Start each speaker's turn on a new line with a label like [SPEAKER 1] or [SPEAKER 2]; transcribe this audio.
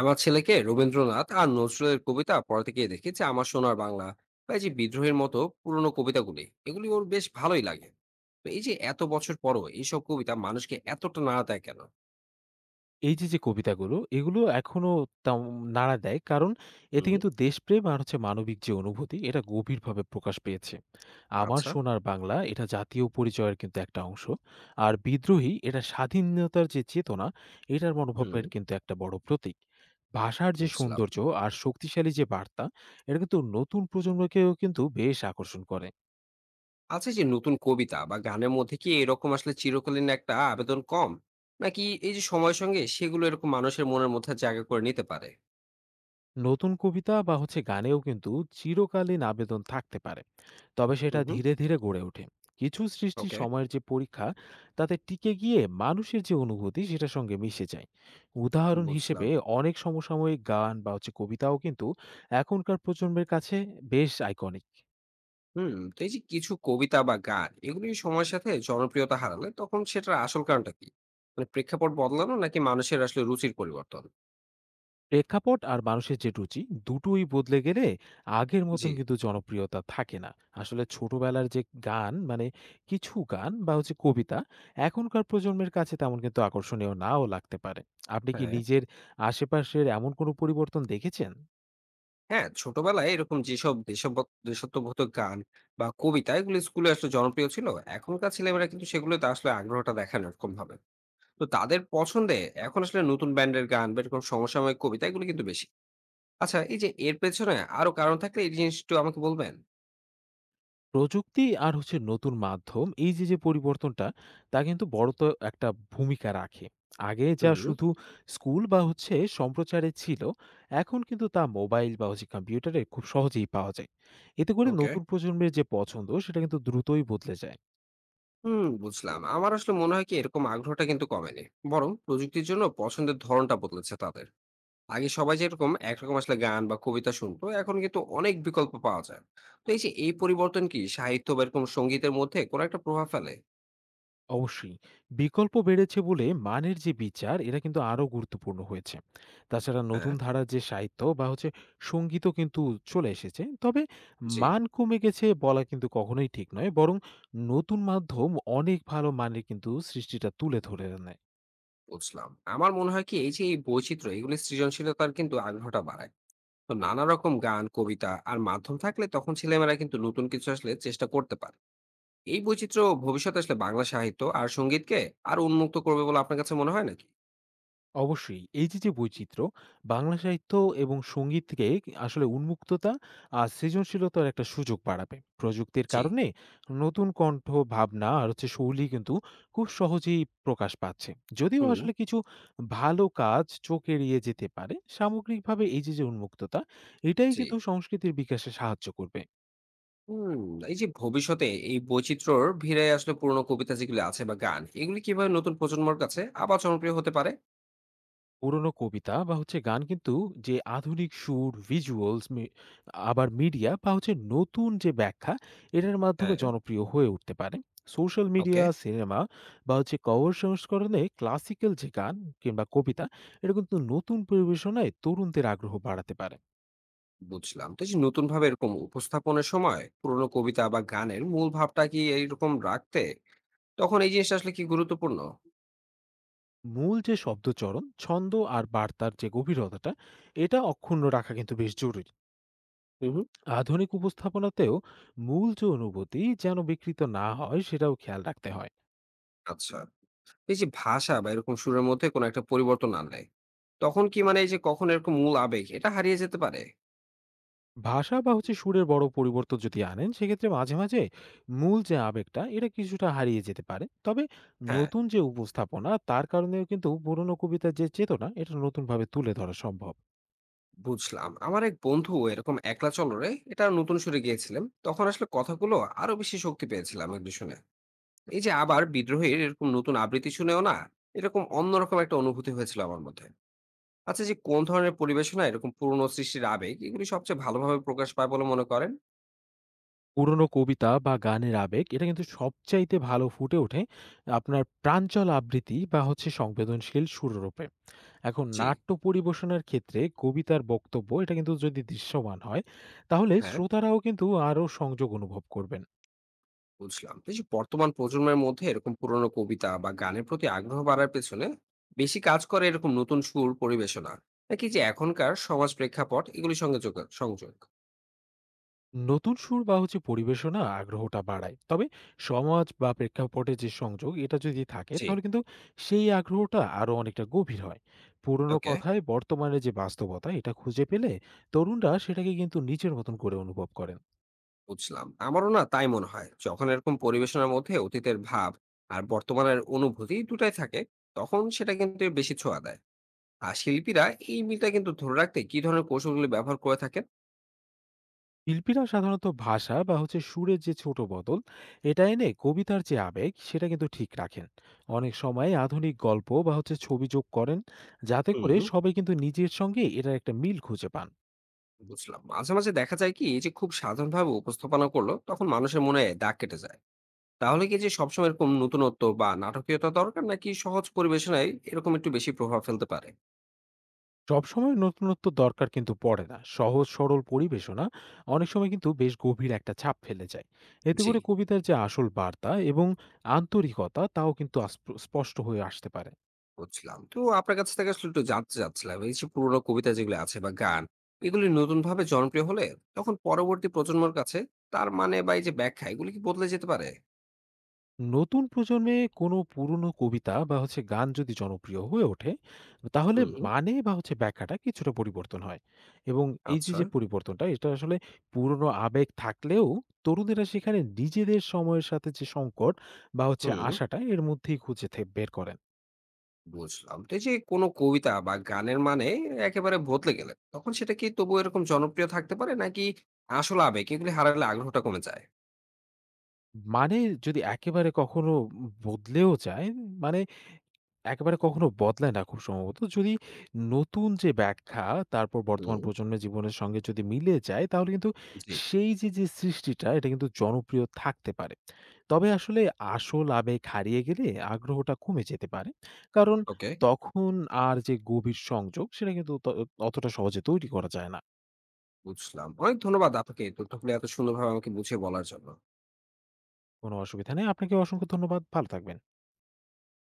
[SPEAKER 1] আমার ছেলেকে রবীন্দ্রনাথ আর নজরুলের কবিতা পড়াতে গিয়ে দেখি যে আমার সোনার বাংলা বা এই যে বিদ্রোহের মতো পুরনো কবিতাগুলি এগুলি ওর বেশ ভালোই লাগে। তো এই যে এত বছর পরও এইসব কবিতা মানুষকে এতটা নাড়া দেয় কেন?
[SPEAKER 2] এই যে, যে কবিতাগুলো, এগুলো এখনো তাও নাড়া দেয়। কারণ এতে
[SPEAKER 1] হুম।
[SPEAKER 2] কিন্তু দেশপ্রেম আর হচ্ছে মানবিক যে অনুভূতি, এটা গভীরভাবে প্রকাশ পেয়েছে। আমার
[SPEAKER 1] আচ্ছা।
[SPEAKER 2] সোনার বাংলা, এটা জাতীয় পরিচয়ের কিন্তু একটা অংশ। আর বিদ্রোহী, এটা স্বাধীনতার যে চেতনা, এটার
[SPEAKER 1] হুম।
[SPEAKER 2] মনোভাবের কিন্তু একটা বড় প্রতীক। ভাষার যে
[SPEAKER 1] বুঝলাম।
[SPEAKER 2] সৌন্দর্য আর শক্তিশালী যে বার্তা, এটা কিন্তু নতুন প্রজন্মকেও কিন্তু বেশ আকর্ষণ করে।
[SPEAKER 1] আচ্ছা, এই যে নতুন কবিতা বা গানের মধ্যে কি এরকম আসলে চিরকালীন একটা আবেদন কম, নাকি এই যে সময়ের সঙ্গে সেগুলো এরকম মানুষের মনের মধ্যে জায়গা করে নিতে পারে?
[SPEAKER 2] নতুন কবিতা বা হচ্ছে গানেও কিন্তু চিরকালীন আবেদন থাকতে পারে, তবে সেটা
[SPEAKER 1] হুম হুম
[SPEAKER 2] ধীরে ধীরে গড়ে ওঠে। কিছু সৃষ্টি
[SPEAKER 1] ওকে।
[SPEAKER 2] সময়ের যে পরীক্ষা, তাতে টিকে গিয়ে মানুষের যে অনুভূতি সেটার সঙ্গে মিশে যায়। উদাহরণ হিসেবে
[SPEAKER 1] বুঝলাম।
[SPEAKER 2] অনেক সমসাময়িক গান বা হচ্ছে কবিতাও কিন্তু এখনকার প্রজন্মের কাছে বেশ আইকনিক।
[SPEAKER 1] হুম, তো এই যে কিছু কবিতা বা গান এগুলি সময়ের সাথে জনপ্রিয়তা হারালে তখন সেটার আসল কারণটা কি? মানে প্রেক্ষাপট বদলানো নাকি মানুষের আসলে রুচির পরিবর্তন?
[SPEAKER 2] প্রেক্ষাপট আর মানুষের যে রুচি দুটোই বদলে গেলে আগের
[SPEAKER 1] জি।
[SPEAKER 2] মতন কিন্তু জনপ্রিয়তা থাকে না। আসলে ছোটবেলার যে গান মানে কিছু গান বা হচ্ছে কবিতা এখনকার প্রজন্মের কাছে তেমন কিন্তু আকর্ষণীয় নাও লাগতে পারে। আপনি কি
[SPEAKER 1] হ্যাঁ।
[SPEAKER 2] নিজের আশেপাশের এমন কোনো পরিবর্তন দেখেছেন?
[SPEAKER 1] হ্যাঁ, ছোটবেলায় এরকম যেসব দেশাত্মবোধক গান বা কবিতা এগুলো স্কুলে আসলে জনপ্রিয় ছিল। এখনকার ছেলেমেয়েরা কিন্তু সেগুলোতে আসলে আগ্রহটা দেখায় না এরকম ভাবে। তো তাদের পছন্দে এখন আসলে নতুন ব্যান্ডের গান বা এরকম সমসাময়িক কবিতা এগুলো কিন্তু বেশি। আচ্ছা, এই যে এর পেছনে আরো কারণ থাকলে এই জিনিসটা আমাকে বলবেন।
[SPEAKER 2] প্রযুক্তি আর হচ্ছে নতুন মাধ্যম, এই যে যে পরিবর্তনটা, তা কিন্তু বড় তো একটা ভূমিকা রাখে। আগে যা
[SPEAKER 1] হুম।
[SPEAKER 2] শুধু স্কুল বা হচ্ছে সম্প্রচারে ছিল, এখন কিন্তু তা মোবাইল বা হচ্ছে কম্পিউটারে খুব সহজেই পাওয়া যায়। এতে করে
[SPEAKER 1] ওকে।
[SPEAKER 2] নতুন প্রজন্মের যে পছন্দ সেটা কিন্তু দ্রুতই বদলে যায়।
[SPEAKER 1] হুম, বুঝলাম। আমার আসলে মনে হয় কি এরকম আগ্রহটা কিন্তু কমেনি, বরং প্রযুক্তির জন্য পছন্দের ধরনটা বদলেছে তাদের। আগে সবাই যেরকম একরকম আসলে গান বা কবিতা শুনতো, এখন কিন্তু অনেক বিকল্প পাওয়া যায়। তো এই যে এই পরিবর্তন কি সাহিত্য বা এরকম সঙ্গীতের মধ্যে কোনো একটা প্রভাব ফেলে?
[SPEAKER 2] অবশ্যই। বিকল্প বেড়েছে বলে মানের যে বিচার এটা কিন্তু আরো গুরুত্বপূর্ণ হয়েছে। তাছাড়া নতুন
[SPEAKER 1] হ্যাঁ।
[SPEAKER 2] ধারার যে সাহিত্য বা হচ্ছে সঙ্গীতও কিন্তু চলে এসেছে। তবে
[SPEAKER 1] জি।
[SPEAKER 2] মান কমে গেছে বলা কিন্তু কখনোই ঠিক নয়। বরং নতুন মাধ্যম অনেক ভালো মানের কিন্তু সৃষ্টিটা তুলে ধরে আনে।
[SPEAKER 1] বুঝলাম, আমার মনে হয় কি এই যে এই বৈচিত্র্য এগুলি সৃজনশীলতার কিন্তু আগ্রহটা বাড়ায়। তো নানা রকম গান, কবিতা আর মাধ্যম থাকলে তখন ছেলেমেয়েরা কিন্তু নতুন কিছু আসলে চেষ্টা করতে পারে। এই বৈচিত্র্য ভবিষ্যতে আসলে বাংলা সাহিত্য আর সঙ্গীতকে আরো উন্মুক্ত করবে বলে আপনার কাছে মনে হয় নাকি?
[SPEAKER 2] অবশ্যই। এই যে, বৈচিত্র্য, বাংলা সাহিত্য এবং সঙ্গীতকে আসলে উন্মুক্ততা আর সৃজনশীলতার একটা সুযোগ বাড়াবে। প্রযুক্তির
[SPEAKER 1] জি।
[SPEAKER 2] কারণে নতুন কণ্ঠ, ভাবনা আর হচ্ছে শৈলী কিন্তু খুব সহজেই প্রকাশ পাচ্ছে। যদিও
[SPEAKER 1] হুম,
[SPEAKER 2] আসলে কিছু ভালো কাজ চোখ এড়িয়ে যেতে পারে, সামগ্রিকভাবে এই যে, উন্মুক্ততা, এটাই
[SPEAKER 1] জি।
[SPEAKER 2] কিন্তু সংস্কৃতির বিকাশে সাহায্য করবে।
[SPEAKER 1] হুম, এই যে ভবিষ্যতে এই বৈচিত্র্যর ভিড়ে আসলে পুরোনো কবিতা যেগুলো আছে বা গান, এগুলি কিভাবে নতুন প্রজন্মর কাছে আবার জনপ্রিয় হতে পারে?
[SPEAKER 2] পুরোনো কবিতা বা হচ্ছে গান কিন্তু যে আধুনিক সুর, ভিজুয়ালস, আবার মিডিয়া বা হচ্ছে নতুন যে ব্যাখ্যা, এটার মাধ্যমে
[SPEAKER 1] হ্যাঁ,
[SPEAKER 2] জনপ্রিয় হয়ে উঠতে পারে। সোশ্যাল মিডিয়া,
[SPEAKER 1] ওকে,
[SPEAKER 2] সিনেমা বা হচ্ছে কভার সংস্করণে ক্লাসিক্যাল যে গান কিংবা কবিতা, এটা কিন্তু নতুন পরিবেশনায় তরুণদের আগ্রহ বাড়াতে পারে।
[SPEAKER 1] বুঝলাম। তো এই যে নতুনভাবে এরকম উপস্থাপনের সময় পুরোনো কবিতা বা গানের মূল ভাবটা কি এইরকম রাখতে, তখন এই জিনিসটা আসলে কি গুরুত্বপূর্ণ?
[SPEAKER 2] মূল যে শব্দচরণ, ছন্দ আর বার্তার যে গভীরতাটা, এটা অক্ষুণ্ণ রাখা কিন্তু বেশ জরুরি।
[SPEAKER 1] হুম।
[SPEAKER 2] আধুনিক উপস্থাপনাতেও মূল যে অনুভূতি যেন বিকৃত না হয় সেটাও খেয়াল রাখতে হয়।
[SPEAKER 1] আচ্ছা। এই যে ভাষা বা এরকম সুরের মধ্যে কোনো একটা পরিবর্তন আনলে তখন কি মানে এই যে কখন এরকম মূল আবেগ এটা হারিয়ে যেতে পারে?
[SPEAKER 2] ভাষা বা হচ্ছে সুরের বড় পরিবর্তন যদি আনেন সেক্ষেত্রে মাঝে মাঝে মূল যে আবেগটা এটা কিছুটা হারিয়ে যেতে পারে, তবে
[SPEAKER 1] হ্যাঁ।
[SPEAKER 2] নতুন যে উপস্থাপনা তার কারণেও কিন্তু পুরনো কবিতার যে চেতনা এটা নতুনভাবে তুলে ধরা সম্ভব।
[SPEAKER 1] বুঝলাম, আমার এক বন্ধু এরকম একলা চলরে এটা নতুন সুরে গিয়েছিলাম, তখন আসলে কথাগুলো আরো বেশি শক্তি পেয়েছিলাম এগুলি শুনে। এই যে আবার বিদ্রোহীর এরকম নতুন আবৃত্তি শুনেও না, এরকম অন্যরকম একটা অনুভূতি হয়েছিল আমার মধ্যে। আচ্ছা, যে কোন ধরনের পরিবেশনা এরকম পুরনো সৃষ্টির আবেগ এগুলি সবচেয়ে ভালোভাবে প্রকাশ পায় বলে মনে করেন?
[SPEAKER 2] পুরনো কবিতা বা গানের আবেগ এটা কিন্তু সবচাইতে ভালো ফুটে ওঠে আপনার প্রাঞ্চল আবৃত্তি বা হচ্ছে সংবেদনশীল সুররূপে। এখন
[SPEAKER 1] জি।
[SPEAKER 2] নাট্য পরিবেশনার ক্ষেত্রে কবিতার বক্তব্য এটা কিন্তু যদি দৃশ্যমান হয়, তাহলে
[SPEAKER 1] হ্যাঁ।
[SPEAKER 2] শ্রোতারাও কিন্তু আরও সংযোগ অনুভব করবেন।
[SPEAKER 1] বুঝলাম, তো এই যে বর্তমান প্রজন্মের মধ্যে এরকম পুরোনো কবিতা বা গানের প্রতি আগ্রহ বাড়ার পেছনে বেশি কাজ করে এরকম নতুন সুর পরিবেশনা, নাকি যে এখনকার সমাজ প্রেক্ষাপট এগুলির সঙ্গে সংযোগ?
[SPEAKER 2] নতুন সুর বা হচ্ছে পরিবেশনা আগ্রহটা বাড়ায়, তবে সমাজ বা প্রেক্ষাপটে যে সংযোগ এটা যদি থাকে
[SPEAKER 1] জি।
[SPEAKER 2] তাহলে কিন্তু সেই আগ্রহটা আরো অনেকটা গভীর হয়। পুরনো
[SPEAKER 1] ওকে।
[SPEAKER 2] কথায় বর্তমানে যে বাস্তবতা এটা খুঁজে পেলে তরুণরা সেটাকে কিন্তু নিজের মতন করে অনুভব করেন।
[SPEAKER 1] বুঝলাম, আমারও না তাই মনে হয়, যখন এরকম পরিবেশনার মধ্যে অতীতের ভাব আর বর্তমানের অনুভূতি দুটাই থাকে, তখন সেটা কিন্তু বেশি ছোঁয়া দেয়। আর শিল্পীরা এই মিলটা কিন্তু ধরে রাখতে কি ধরনের কৌশলগুলি ব্যবহার করে থাকেন?
[SPEAKER 2] শিল্পীরা সাধারণত ভাষা বা হচ্ছে সুরের যে ছোট বদল এটা এনে কবিতার যে আবেগ সেটা কিন্তু ঠিক রাখেন। অনেক সময় আধুনিক গল্প বা হচ্ছে ছবি যোগ করেন, যাতে করে
[SPEAKER 1] হুম।
[SPEAKER 2] সবাই কিন্তু নিজের সঙ্গে এটার একটা মিল খুঁজে পান।
[SPEAKER 1] বুঝলাম, মাঝে মাঝে দেখা যায় কি এই যে খুব সাধারণভাবে উপস্থাপনা করলো, তখন মানুষের মনে দাগ কেটে যায়। তাহলে কি যে সবসময় এরকম নতুনত্ব বা নাটকীয়তা দরকার, নাকি সহজ পরিবেশনায় এরকম একটু বেশি প্রভাব ফেলতে পারে?
[SPEAKER 2] সবসময় নতুনত্ব দরকার কিন্তু পড়ে না। সহজ সরল পরিবেশনা অনেক সময় কিন্তু বেশ গভীর একটা ছাপ ফেলে যায়। এতে
[SPEAKER 1] জি।
[SPEAKER 2] করে কবিতার যে আসল বার্তা এবং আন্তরিকতা তাও কিন্তু স্পষ্ট হয়ে আসতে পারে।
[SPEAKER 1] বুঝলাম, তো আপনার কাছ থেকে আসলে একটু জানতে চাচ্ছিলাম, এই যে পুরোনো কবিতা যেগুলো আছে বা গান, এগুলি নতুন ভাবে জনপ্রিয় হলে তখন পরবর্তী প্রজন্মের কাছে তার মানে বা এই যে ব্যাখ্যা এগুলি কি বদলে যেতে পারে?
[SPEAKER 2] নতুন প্রজন্মে কোনো পুরনো কবিতা বা হচ্ছে গান যদি জনপ্রিয় হয়ে ওঠে, তাহলে
[SPEAKER 1] হুম।
[SPEAKER 2] মানে বা হচ্ছে ব্যাখ্যাটা কিছুটা পরিবর্তন হয়। এবং এই যে
[SPEAKER 1] আচ্ছা।
[SPEAKER 2] যে পরিবর্তনটা এটা আসলে পুরনো আবেগ থাকলেও তরুণেরা সেখানে নিজেদের সময়ের সাথে যে সংকট বা হচ্ছে
[SPEAKER 1] হুম,
[SPEAKER 2] আশাটা এর মধ্যেই বের করেন।
[SPEAKER 1] বুঝলাম। তো এই যে কোনো কবিতা বা গানের মানে একেবারে বদলে গেলে, তখন সেটা কি তবুও এরকম জনপ্রিয় থাকতে পারে? নাকি আসল আবেগ এগুলি হারালে আগ্রহটা কমে যায়?
[SPEAKER 2] মানে যদি একেবারে কখনো বদলেও যায়, মানে একেবারে কখনো বদলায় না খুব সম্ভবত। যদি নতুন যে ব্যাখ্যা, তারপর বর্তমান
[SPEAKER 1] হুম।
[SPEAKER 2] প্রজন্মের জীবনের সঙ্গে যদি মিলে যায়, তাহলে কিন্তু
[SPEAKER 1] জি,
[SPEAKER 2] সেই যে, সৃষ্টিটা, এটা কিন্তু জনপ্রিয় থাকতে পারে। তবে আসলে আসল আবেগ হারিয়ে গেলে আগ্রহটা কমে যেতে পারে। কারণ
[SPEAKER 1] ওকে,
[SPEAKER 2] তখন আর যে গভীর সংযোগ, সেটা কিন্তু অতটা সহজে তৈরি করা যায় না।
[SPEAKER 1] বুঝলাম। অনেক ধন্যবাদ আপনাকে এই তথ্যগুলো এত সুন্দরভাবে আমাকে বুঝিয়ে বলার জন্য।
[SPEAKER 2] কোনো অসুবিধা নেই। আপনাকে অসংখ্য ধন্যবাদ। ভালো থাকবেন।